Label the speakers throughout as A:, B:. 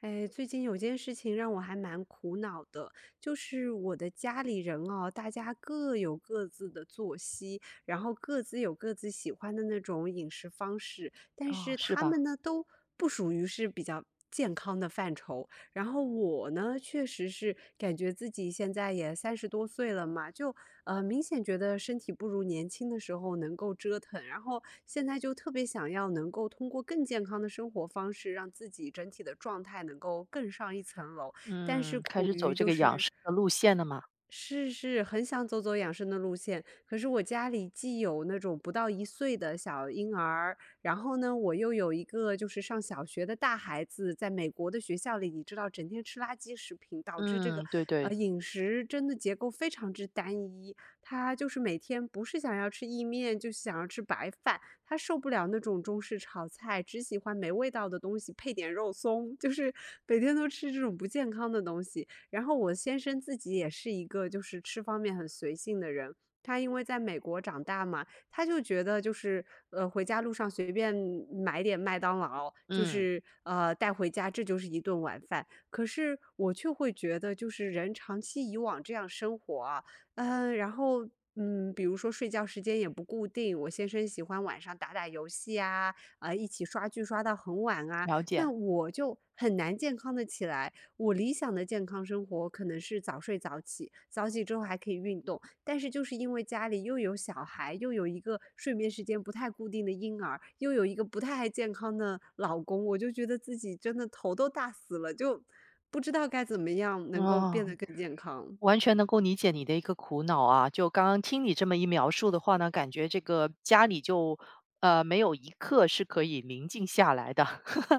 A: 哎，最近有件事情让我还蛮苦恼的，就是我的家里人哦，大家各有各自的作息，然后各自有各自喜欢的那种饮食方式，但
B: 哦，
A: 是
B: 是
A: 他
B: 吧？
A: 们呢都不属于是比较健康的范畴，然后我呢，确实是感觉自己现在也30多岁了嘛，就明显觉得身体不如年轻的时候能够折腾，然后现在就特别想要能够通过更健康的生活方式，让自己整体的状态能够更上一层楼，但是
B: 嗯，开
A: 苦
B: 始走
A: 于
B: 这
A: 就
B: 个养
A: 是
B: 生的路线了嘛？
A: 是是，很想走走养生的路线，可是我家里既有那种不到1岁的小婴儿，然后呢，我又有一个就是上小学的大孩子，在美国的学校里，你知道整天吃垃圾食品，导致这个，
B: 嗯，对对，
A: 饮食真的结构非常之单一。他就是每天不是想要吃意面，就是想要吃白饭，他受不了那种中式炒菜，只喜欢没味道的东西配点肉松，就是每天都吃这种不健康的东西。然后我先生自己也是一个就是吃方面很随性的人，他因为在美国长大嘛，他就觉得就是回家路上随便买点麦当劳，就
B: 嗯，
A: 是带回家，这就是一顿晚饭。可是我却会觉得，就是人长期以往这样生活啊，然后。比如说睡觉时间也不固定，我先生喜欢晚上打打游戏啊，啊、一起刷剧刷到很晚啊，
B: 了解。
A: 那我就很难健康的起来。我理想的健康生活可能是早睡早起，早起之后还可以运动，但是就是因为家里又有小孩，又有一个睡眠时间不太固定的婴儿，又有一个不太健康的老公，我就觉得自己真的头都大死了，就不知道该怎么样能够
B: 哦，
A: 变得更健康。
B: 完全能够理解你的一个苦恼啊！就刚刚听你这么一描述的话呢，感觉这个家里就没有一刻是可以宁静下来的。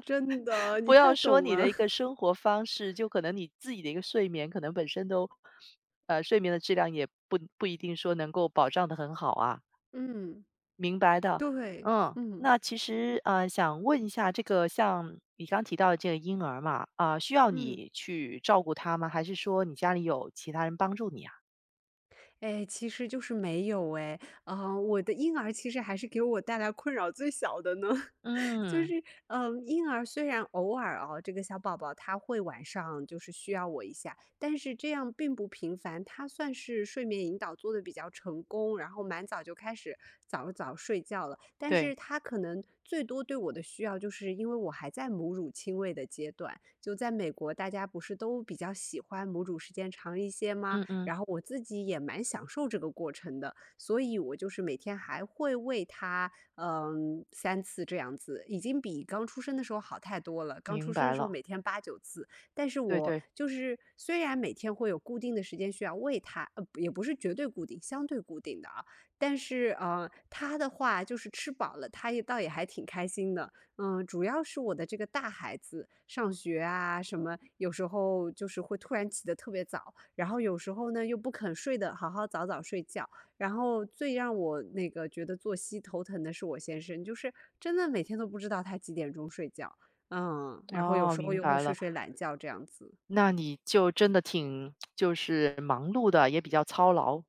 A: 真 的，你
B: 不
A: 太
B: 要说
A: 懂
B: 你的
A: 了。
B: 一个 生活方式，就可能你自己的一个睡眠，可能本身都睡眠的质量也不一定说能够保障的很好啊。
A: 嗯，
B: 明白的，
A: 对，
B: 嗯，
A: 嗯。
B: 那其实想问一下，这个像你刚提到的这个婴儿嘛，啊、需要
A: 嗯，
B: 你去照顾他吗？还是说你家里有其他人帮助你啊？
A: 哎，其实就是没有哎，啊、我的婴儿其实还是给我带来困扰最小的呢。就
B: 嗯，
A: 是，嗯，婴儿虽然偶尔哦，这个小宝宝他会晚上就是需要我一下，但是这样并不频繁。他算是睡眠引导做的比较成功，然后蛮早就开始早早睡觉了。但是
B: 对，
A: 他可能最多对我的需要，就是因为我还在母乳亲喂的阶段。就在美国，大家不是都比较喜欢母乳时间长一些吗？
B: 嗯嗯，
A: 然后我自己也蛮享受这个过程的。所以我就是每天还会喂它，3次这样子，已经比刚出生的时候好太多了。刚出
B: 明
A: 生
B: 白
A: 的时候
B: 了，
A: 每天8、9次，但是
B: 对
A: 我
B: 对，
A: 就是虽然每天会有固定的时间需要喂它，也不是绝对固定，相对固定的啊，但是，它的话就是吃饱了，它也倒也还挺开心的。嗯，主要是我的这个大孩子上学啊什么，有时候就是会突然起得特别早，然后有时候呢又不肯睡得好好早早睡觉，然后最让我那个觉得作息头疼的是我先生，就是真的每天都不知道他几点钟睡觉，嗯，然后有
B: 哦，
A: 时候
B: 明
A: 又会
B: 白
A: 睡
B: 了。
A: 睡懒觉这样子。
B: 那你就真的挺就是忙碌的，也比较操劳。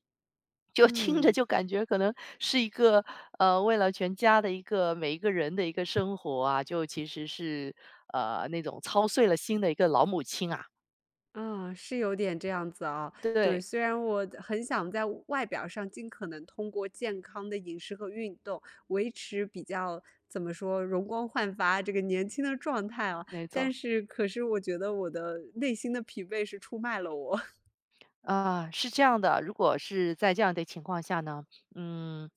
B: 就听着
A: 嗯，
B: 就感觉可能是一个，呃，为了全家的一个每一个人的一个生活啊，就其实是，呃，那种操碎了心的一个老母亲啊，
A: 啊，是有点这样子啊。对，
B: 对，
A: 虽然我很想在外表上尽可能通过健康的饮食和运动维持比较怎么说容光焕发这个年轻的状态啊，
B: 没错。
A: 但是可是我觉得我的内心的疲惫是出卖了我。
B: 啊，是这样的，如果是在这样的情况下呢，嗯，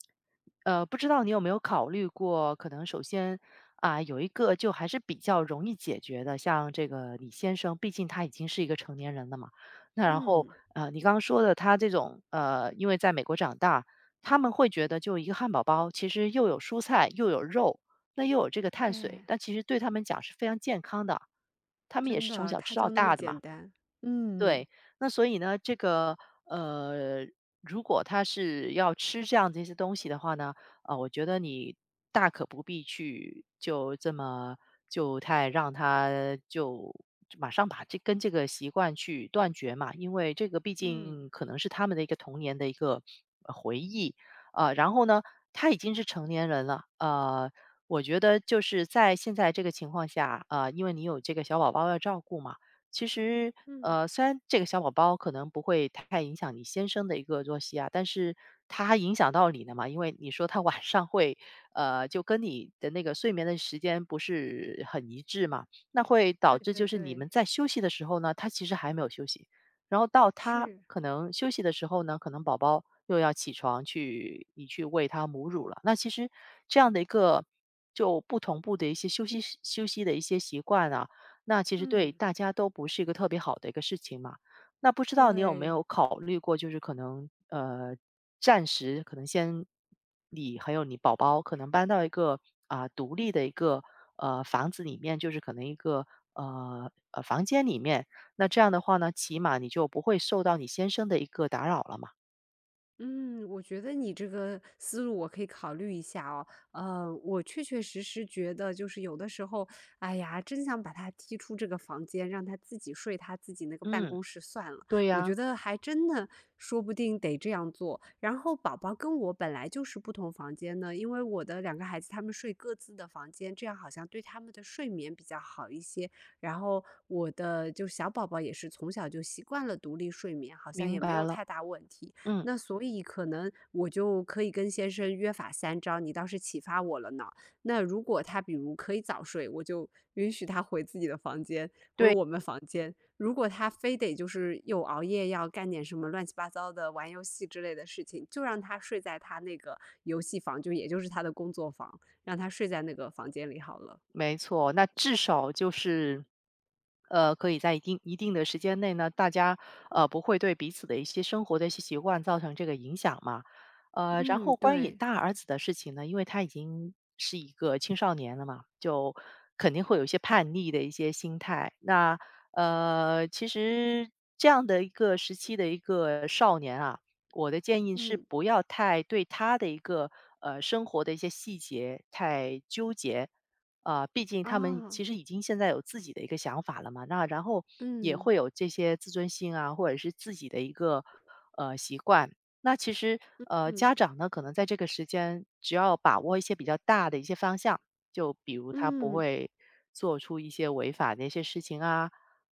B: 不知道你有没有考虑过，可能首先啊，有一个就还是比较容易解决的，像这个李先生，毕竟他已经是一个成年人了嘛。那然后，
A: 嗯，
B: 呃，你刚刚说的他这种，呃，因为在美国长大，他们会觉得就一个汉堡包，其实又有蔬菜，又有肉，那又有这个碳水，
A: 哎。
B: 那其实对他们讲是非常健康的，他们也
A: 真
B: 是从
A: 的，
B: 小吃
A: 它
B: 到
A: 就那么
B: 大的嘛。
A: 简单。嗯。
B: 对，那所以呢，这个呃，如果他是要吃这样的一些东西的话呢，我觉得你大可不必去就这么就太让他就马上把这跟这个习惯去断绝嘛，因为这个毕
A: 嗯，
B: 竟可能是他们的一个童年的一个回忆啊、然后呢，他已经是成年人了，呃。我觉得就是在现在这个情况下，呃，因为你有这个小宝宝要照顾嘛，其实，
A: 嗯，
B: 呃，虽然这个小宝宝可能不会太影响你先生的一个作息啊，但是他影响到你了嘛，因为你说他晚上会，呃，就跟你的那个睡眠的时间不是很一致嘛，那会导
A: 对
B: 致就
A: 对
B: 是你
A: 对，
B: 们在休息的时候呢，他其实还没有休息，然后到他
A: 是，
B: 可能休息的时候呢，可能宝宝又要起床去你去喂他母乳了，那其实这样的一个。就不同步的一些休息的一些习惯啊，那其实对
A: 嗯，
B: 大家都不是一个特别好的一个事情嘛。那不知道你有没
A: 对。
B: 有考虑过，就是可能暂时可能先你还有你宝宝可能搬到一个啊、独立的一个房子里面，就是可能一个房间里面。那这样的话呢，起码你就不会受到你先生的一个打扰了嘛。
A: 嗯，我觉得你这个思路我可以考虑一下哦。我确确实实觉得，就是有的时候，哎呀，真想把他踢出这个房间，让他自己睡他自己那个办
B: 嗯，
A: 公室算了。
B: 对
A: 我觉
B: 呀，
A: 得还真的说不定得这样做。然后宝宝跟我本来就是不同房间的，因为我的2个孩子他们睡各自的房间，这样好像对他们的睡眠比较好一些。然后我的就小宝宝也是从小就习惯了独立睡眠，好像
B: 明
A: 也没
B: 白
A: 有
B: 了。
A: 太大问题。
B: 嗯，
A: 那所以可能我就可以跟先生约法三章，你倒是启发我了呢。那如果他比如可以早睡，我就允许他回自己的房间，回
B: 对。
A: 我们房间。如果他非得就是又熬夜要干点什么乱七八糟的玩游戏之类的事情，就让他睡在他那个游戏房，就也就是他的工作房，让他睡在那个房间里好了。
B: 没错，那至少就是，呃，可以在一定的时间内呢，大家不会对彼此的一些生活的一些习惯造成这个影响嘛。呃，然
A: 嗯，
B: 后关于
A: 对，
B: 大儿子的事情呢，因为他已经是一个青少年了嘛，就肯定会有一些叛逆的一些心态。那其实这样的一个时期的一个少年啊，我的建议是
A: 嗯，
B: 不要太对他的一个生活的一些细节太纠结。呃，毕竟他们
A: 啊，
B: 其实已经现在有自己的一个想法了嘛，那然后也
A: 嗯，
B: 会有这些自尊心啊，或者是自己的一个习惯。那其实
A: 嗯，
B: 家长呢，可能在这个时间，只要把握一些比较大的一些方向，就比如他不
A: 嗯，
B: 会做出一些违法的一些事情啊，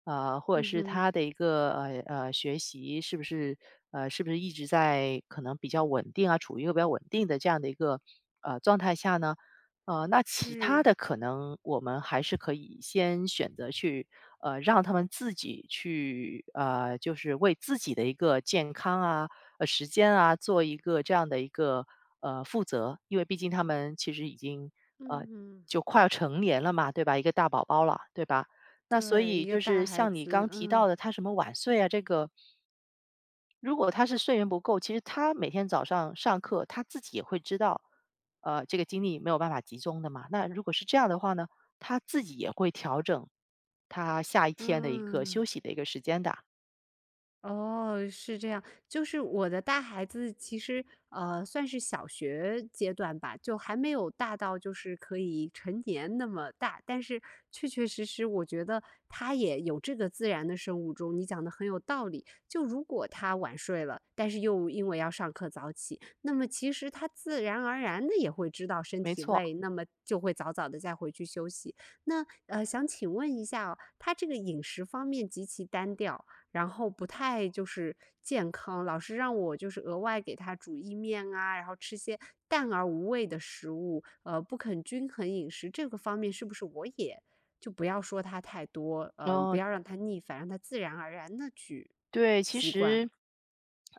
B: 呃，或者
A: 嗯
B: 是
A: 哼，
B: 他的一个学习是不是是不是一直在可能比较稳定啊，处于一个比较稳定的这样的一个状态下呢？呃，那其他
A: 是，
B: 的可能我们还是可以先选择去，呃，让他们自己去，呃，就是为自己的一个健康啊、时间啊，做一个这样的一个负责，因为毕竟他们其实已经呃
A: 嗯哼。
B: 就快要成年了嘛，对吧？一个大宝宝了，对吧？那所
A: 对，
B: 以
A: 一个
B: 就
A: 大
B: 是
A: 孩
B: 像你刚
A: 子，
B: 提到
A: 嗯，
B: 的，他什么晚睡啊，这个如果他是睡眠不够，其实他每天早上上课，他自己也会知道，呃，这个精力没有办法集中的嘛。那如果是这样的话呢，他自己也会调整他下一天的一个
A: 嗯。
B: 休息的一个时间的，
A: 哦，是这样。就是我的大孩子其实，算是小学阶段吧，就还没有大到就是可以成年那么大。但是确确实实，我觉得他也有这个自然的生物钟。你讲的很有道理。就如果他晚睡了，但是又因为要上课早起，那么其实他自然而然的也会知道身
B: 没
A: 体
B: 错。
A: 累，那么就会早早的再回去休息。那想请问一下哦，他这个饮食方面极其单调。然后不太就是健康，老师让我就是额外给他煮意面啊，然后吃些淡而无味的食物，不肯均衡饮食这个方面，是不是我也就不要说他太多，不
B: 哦，
A: 要让他逆反，让他自然而然的去
B: 对，其
A: 习惯。
B: 实，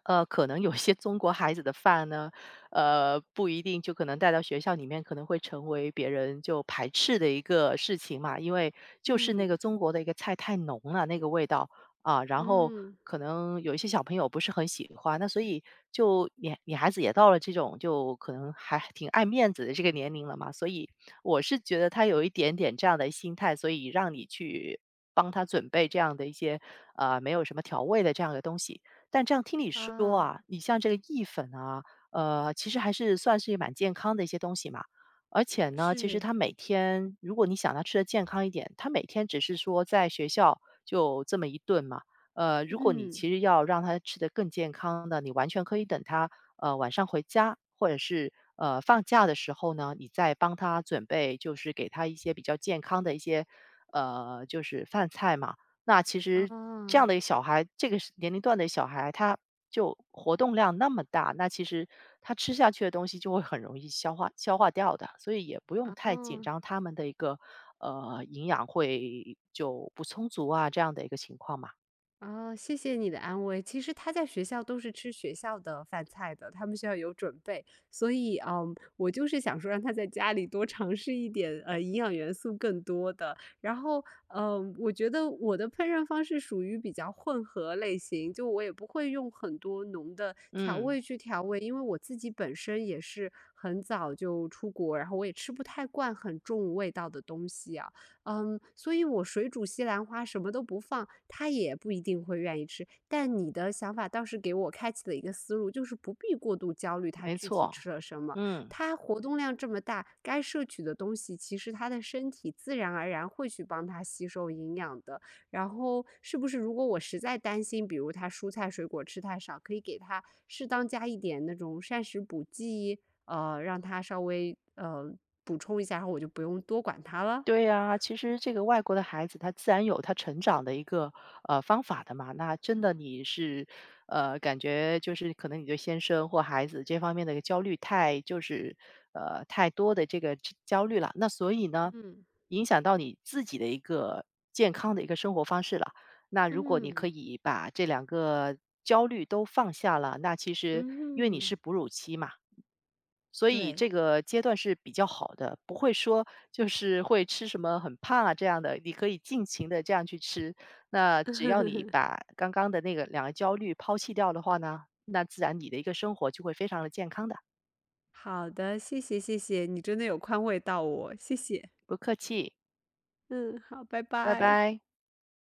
B: 呃，可能有些中国孩子的饭呢，呃，不一定就可能带到学校里面，可能会成为别人就排斥的一个事情嘛。因为就是那个
A: 嗯
B: 中国的一个菜太浓了，那个味道啊，然后
A: 嗯
B: 可能有一些小朋友不是很喜欢，那所以就女孩子也到了这种就可能还挺爱面子的这个年龄了嘛，所以我是觉得他有一点点这样的心态，所以让你去帮他准备这样的一些没有什么调味的这样的东西。但这样听你说
A: 啊，
B: 啊，你像这个意粉啊，呃，其实还是算是蛮健康的一些东西嘛。而且呢，其实
A: 是，
B: 他每天，如果你想他吃的健康一点，他每天只是说在学校就这么一顿嘛。呃，如果你
A: 嗯
B: 其实要让他吃得更健康的，你完全可以等他晚上回家，或者是，呃，放假的时候呢，你再帮他准备，就是给他一些比较健康的一些，呃，就是饭菜嘛。那其实这样
A: 啊
B: 的小孩，这个是年龄段的小孩，他就活动量那么大，那其实他吃下去的东西就会很容易消化掉的，所以也不用太紧张
A: 啊。
B: 他们的一个，呃，营养会就不充足啊，这样的一个情况嘛。
A: 哦，谢谢你的安慰。其实他在学校都是吃学校的饭菜的，他们学校有准备，所以，嗯，我就是想说让他在家里多尝试一点，营养元素更多的。然后，我觉得我的烹饪方式属于比较混合类型，就我也不会用很多浓的调
B: 嗯，
A: 味去调味，因为我自己本身也是很早就出国，然后我也吃不太惯很重味道的东西啊。嗯，所以我水煮西兰花什么都不放，他也不一定会愿意吃。但你的想法倒是给我开启了一个思路，就是不必过度焦虑他
B: 没
A: 具体
B: 错。
A: 吃了什么，
B: 嗯，
A: 他活动量这么大，该摄取的东西其实他的身体自然而然会去帮他吸收营养的。然后是不是如果我实在担心，比如他蔬菜水果吃太少，可以给他适当加一点那种膳食补剂，让他稍微补充一下，然后我就不用多管他了。
B: 对呀，其实这个外国的孩子他自然有他成长的一个，呃，方法的嘛。那真的你是，呃，感觉就是可能你对先生或孩子这方面的一个焦虑太就是，呃，太多的这个焦虑了，那所以呢，
A: 嗯。
B: 影响到你自己的一个健康的一个生活方式了。那如果你可
A: 嗯，
B: 以把这两个焦虑都放下了，那其实因为你
A: 嗯，
B: 是哺乳期嘛，所以这
A: 对。
B: 个阶段是比较好的，不会说就是会吃什么很胖啊这样的，你可以尽情的这样去吃。那只要你 把刚刚的那个两个焦虑抛弃掉的话呢，那自然你的一个生活就会非常的健康的。
A: 好的，谢谢谢谢，你真的有宽慰到我，谢谢。
B: 不客气，
A: 嗯，好，拜
B: 拜
A: 拜。
B: 拜。